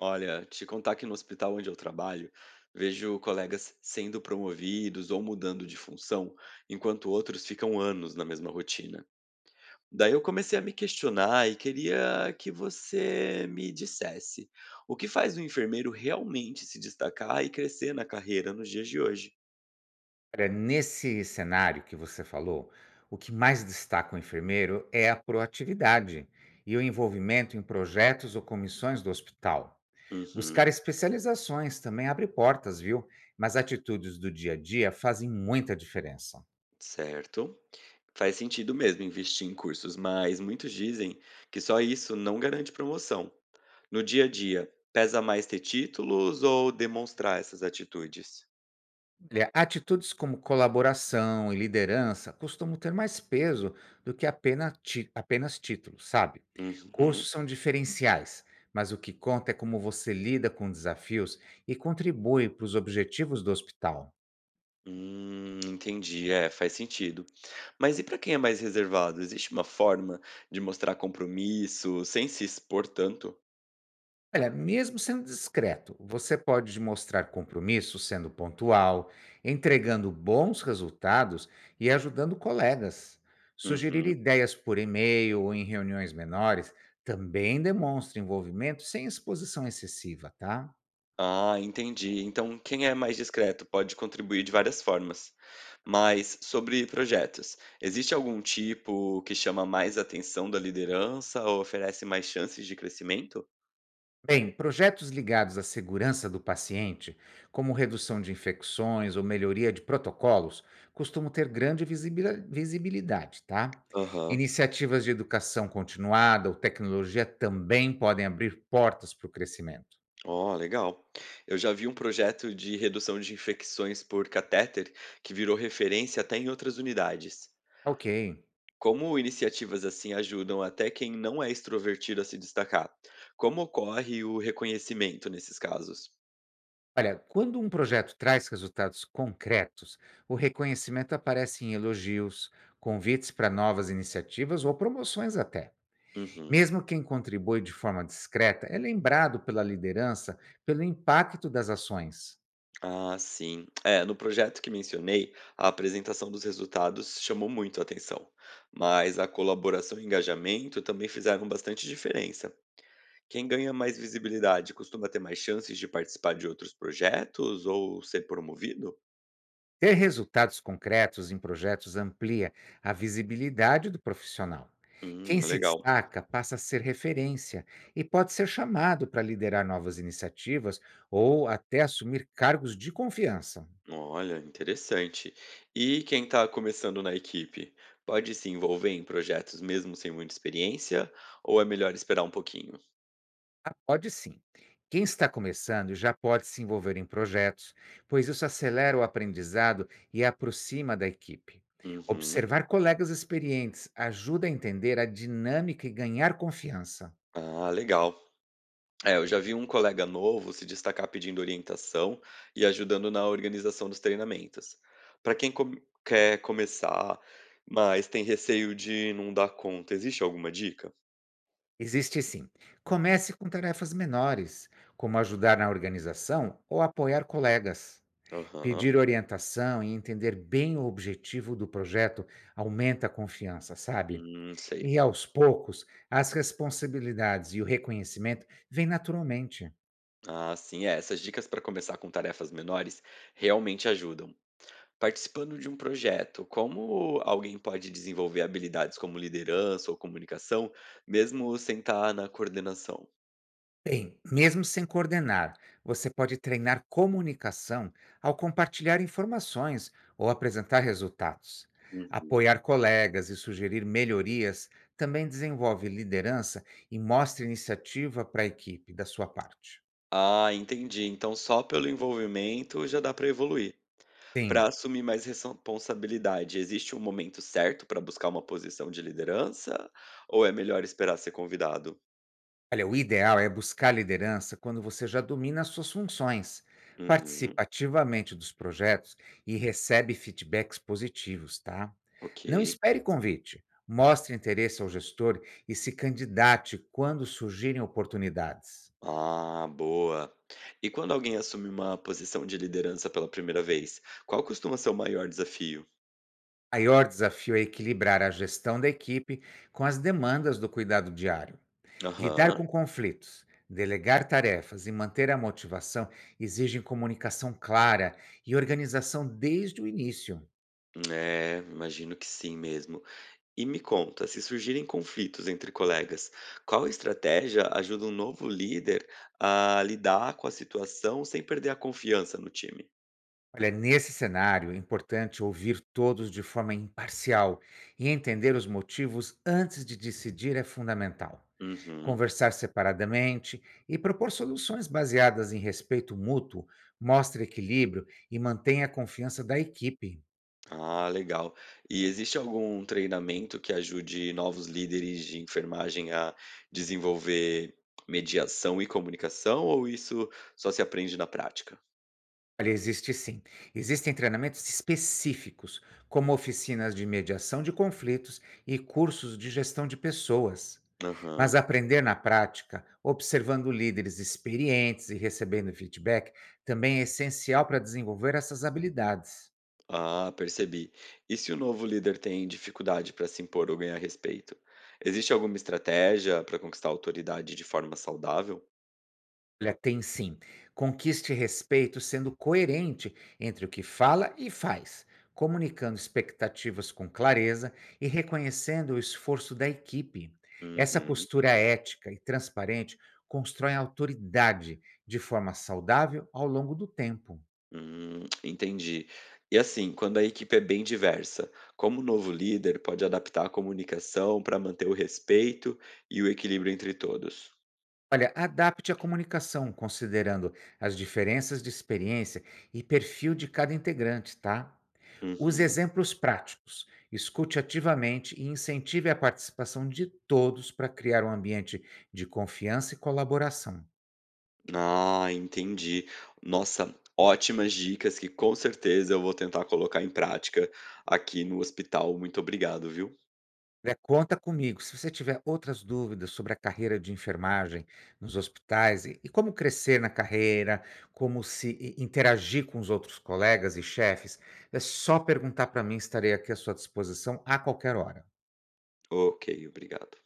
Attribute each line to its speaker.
Speaker 1: Olha, te contar que no hospital onde eu trabalho, vejo colegas sendo promovidos ou mudando de função, enquanto outros ficam anos na mesma rotina. Daí eu comecei a me questionar e queria que você me dissesse o que faz um enfermeiro realmente se destacar e crescer na carreira nos dias de hoje.
Speaker 2: Olha, nesse cenário que você falou, o que mais destaca o enfermeiro é a proatividade e o envolvimento em projetos ou comissões do hospital.
Speaker 1: Uhum,
Speaker 2: Buscar especializações também abre portas, viu? Mas atitudes do dia a dia fazem muita diferença.
Speaker 1: certo. Faz sentido mesmo investir em cursos, mas muitos dizem que só isso não garante promoção. No dia a dia, pesa mais ter títulos ou demonstrar essas atitudes?
Speaker 2: Olha, atitudes como colaboração e liderança costumam ter mais peso do que apenas títulos, sabe? Cursos
Speaker 1: Uhum.
Speaker 2: são diferenciais, mas o que conta é como você lida com desafios e contribui para os objetivos do hospital.
Speaker 1: Entendi, é, faz sentido. Mas e para quem é mais reservado, existe uma forma de mostrar compromisso sem se expor tanto?
Speaker 2: Olha, mesmo sendo discreto, você pode mostrar compromisso sendo pontual, entregando bons resultados e ajudando colegas. Sugerir
Speaker 1: Uhum.
Speaker 2: ideias por e-mail ou em reuniões menores também demonstra envolvimento sem exposição excessiva, tá?
Speaker 1: Ah, entendi. Então, quem é mais discreto pode contribuir de várias formas. Mas sobre projetos, existe algum tipo que chama mais atenção da liderança ou oferece mais chances de crescimento?
Speaker 2: Bem, projetos ligados à segurança do paciente, como redução de infecções ou melhoria de protocolos, costumam ter grande visibilidade, tá?
Speaker 1: Aham.
Speaker 2: Iniciativas de educação continuada ou tecnologia também podem abrir portas para o crescimento.
Speaker 1: Ó, legal. Eu já vi um projeto de redução de infecções por catéter que virou referência até em outras unidades.
Speaker 2: Ok.
Speaker 1: Como iniciativas assim ajudam até quem não é extrovertido a se destacar? Como ocorre o reconhecimento nesses casos?
Speaker 2: Olha, quando um projeto traz resultados concretos, o reconhecimento aparece em elogios, convites para novas iniciativas ou promoções até.
Speaker 1: Uhum.
Speaker 2: Mesmo quem contribui de forma discreta é lembrado pela liderança pelo impacto das ações.
Speaker 1: Ah, sim. É, no projeto que mencionei, a apresentação dos resultados chamou muito a atenção, mas a colaboração e engajamento também fizeram bastante diferença. Quem ganha mais visibilidade costuma ter mais chances de participar de outros projetos ou ser promovido?
Speaker 2: Ter resultados concretos em projetos amplia a visibilidade do profissional. Quem se
Speaker 1: Legal.
Speaker 2: destaca passa a ser referência e pode ser chamado para liderar novas iniciativas ou até assumir cargos de confiança.
Speaker 1: Olha, interessante. E quem está começando na equipe, pode se envolver em projetos mesmo sem muita experiência ou é melhor esperar um pouquinho?
Speaker 2: Ah, pode sim. Quem está começando já pode se envolver em projetos, pois isso acelera o aprendizado e aproxima da equipe.
Speaker 1: Uhum.
Speaker 2: Observar colegas experientes ajuda a entender a dinâmica e ganhar confiança.
Speaker 1: Ah, legal. É, eu já vi um colega novo se destacar pedindo orientação e ajudando na organização dos treinamentos. Para quem quer começar, mas tem receio de não dar conta, existe alguma dica?
Speaker 2: Existe sim. Comece com tarefas menores, como ajudar na organização ou apoiar colegas.
Speaker 1: Aham.
Speaker 2: Pedir orientação e entender bem o objetivo do projeto aumenta a confiança, sabe?
Speaker 1: Sei.
Speaker 2: E aos poucos, as responsabilidades e o reconhecimento vêm naturalmente.
Speaker 1: Ah, sim, é. Essas dicas para começar com tarefas menores realmente ajudam. Participando de um projeto, como alguém pode desenvolver habilidades como liderança ou comunicação, mesmo sem estar na coordenação?
Speaker 2: Bem, mesmo sem coordenar, você pode treinar comunicação ao compartilhar informações ou apresentar resultados.
Speaker 1: Uhum.
Speaker 2: Apoiar colegas e sugerir melhorias também desenvolve liderança e mostra iniciativa para a equipe da sua parte.
Speaker 1: Ah, entendi. Então só pelo envolvimento já dá para evoluir. Para
Speaker 2: Sim.
Speaker 1: assumir mais responsabilidade, existe um momento certo para buscar uma posição de liderança ou é melhor esperar ser convidado?
Speaker 2: Olha, o ideal é buscar liderança quando você já domina as suas funções,
Speaker 1: Uhum,
Speaker 2: participa ativamente dos projetos e recebe feedbacks positivos, tá?
Speaker 1: ok.
Speaker 2: Não espere convite, mostre interesse ao gestor e se candidate quando surgirem oportunidades.
Speaker 1: Ah, boa. E quando alguém assume uma posição de liderança pela primeira vez, qual costuma ser o maior desafio?
Speaker 2: O maior desafio é equilibrar a gestão da equipe com as demandas do cuidado diário. Lidar
Speaker 1: Aham.
Speaker 2: com conflitos, delegar tarefas e manter a motivação exigem comunicação clara e organização desde o início.
Speaker 1: É, imagino que sim mesmo. E me conta, se surgirem conflitos entre colegas, qual estratégia ajuda um novo líder a lidar com a situação sem perder a confiança no time?
Speaker 2: Olha, nesse cenário, é importante ouvir todos de forma imparcial e entender os motivos antes de decidir é fundamental.
Speaker 1: Uhum.
Speaker 2: Conversar separadamente e propor soluções baseadas em respeito mútuo mostra equilíbrio e mantém a confiança da equipe.
Speaker 1: Ah, legal. E existe algum treinamento que ajude novos líderes de enfermagem a desenvolver mediação e comunicação, ou isso só se aprende na prática?
Speaker 2: Olha, existe sim. Existem treinamentos específicos, como oficinas de mediação de conflitos e cursos de gestão de pessoas. Mas
Speaker 1: Aham.
Speaker 2: aprender na prática, observando líderes experientes e recebendo feedback, também é essencial para desenvolver essas habilidades.
Speaker 1: Ah, percebi. E se o novo líder tem dificuldade para se impor ou ganhar respeito? Existe alguma estratégia para conquistar a autoridade de forma saudável?
Speaker 2: Olha, tem sim. Conquiste respeito sendo coerente entre o que fala e faz, comunicando expectativas com clareza e reconhecendo o esforço da equipe. Essa
Speaker 1: Uhum,
Speaker 2: postura ética e transparente constrói autoridade de forma saudável ao longo do tempo.
Speaker 1: entendi. E assim, quando a equipe é bem diversa, como o novo líder pode adaptar a comunicação para manter o respeito e o equilíbrio entre todos?
Speaker 2: Olha, adapte a comunicação, considerando as diferenças de experiência e perfil de cada integrante, tá? Use
Speaker 1: Uhum.
Speaker 2: exemplos práticos, escute ativamente e incentive a participação de todos para criar um ambiente de confiança e colaboração.
Speaker 1: Ah, entendi. Nossa, ótimas dicas que com certeza eu vou tentar colocar em prática aqui no hospital. Muito obrigado, viu?
Speaker 2: Olha, conta comigo. Se você tiver outras dúvidas sobre a carreira de enfermagem nos hospitais e como crescer na carreira, como se interagir com os outros colegas e chefes, é só perguntar para mim, estarei aqui à sua disposição a qualquer hora.
Speaker 1: Ok, obrigado.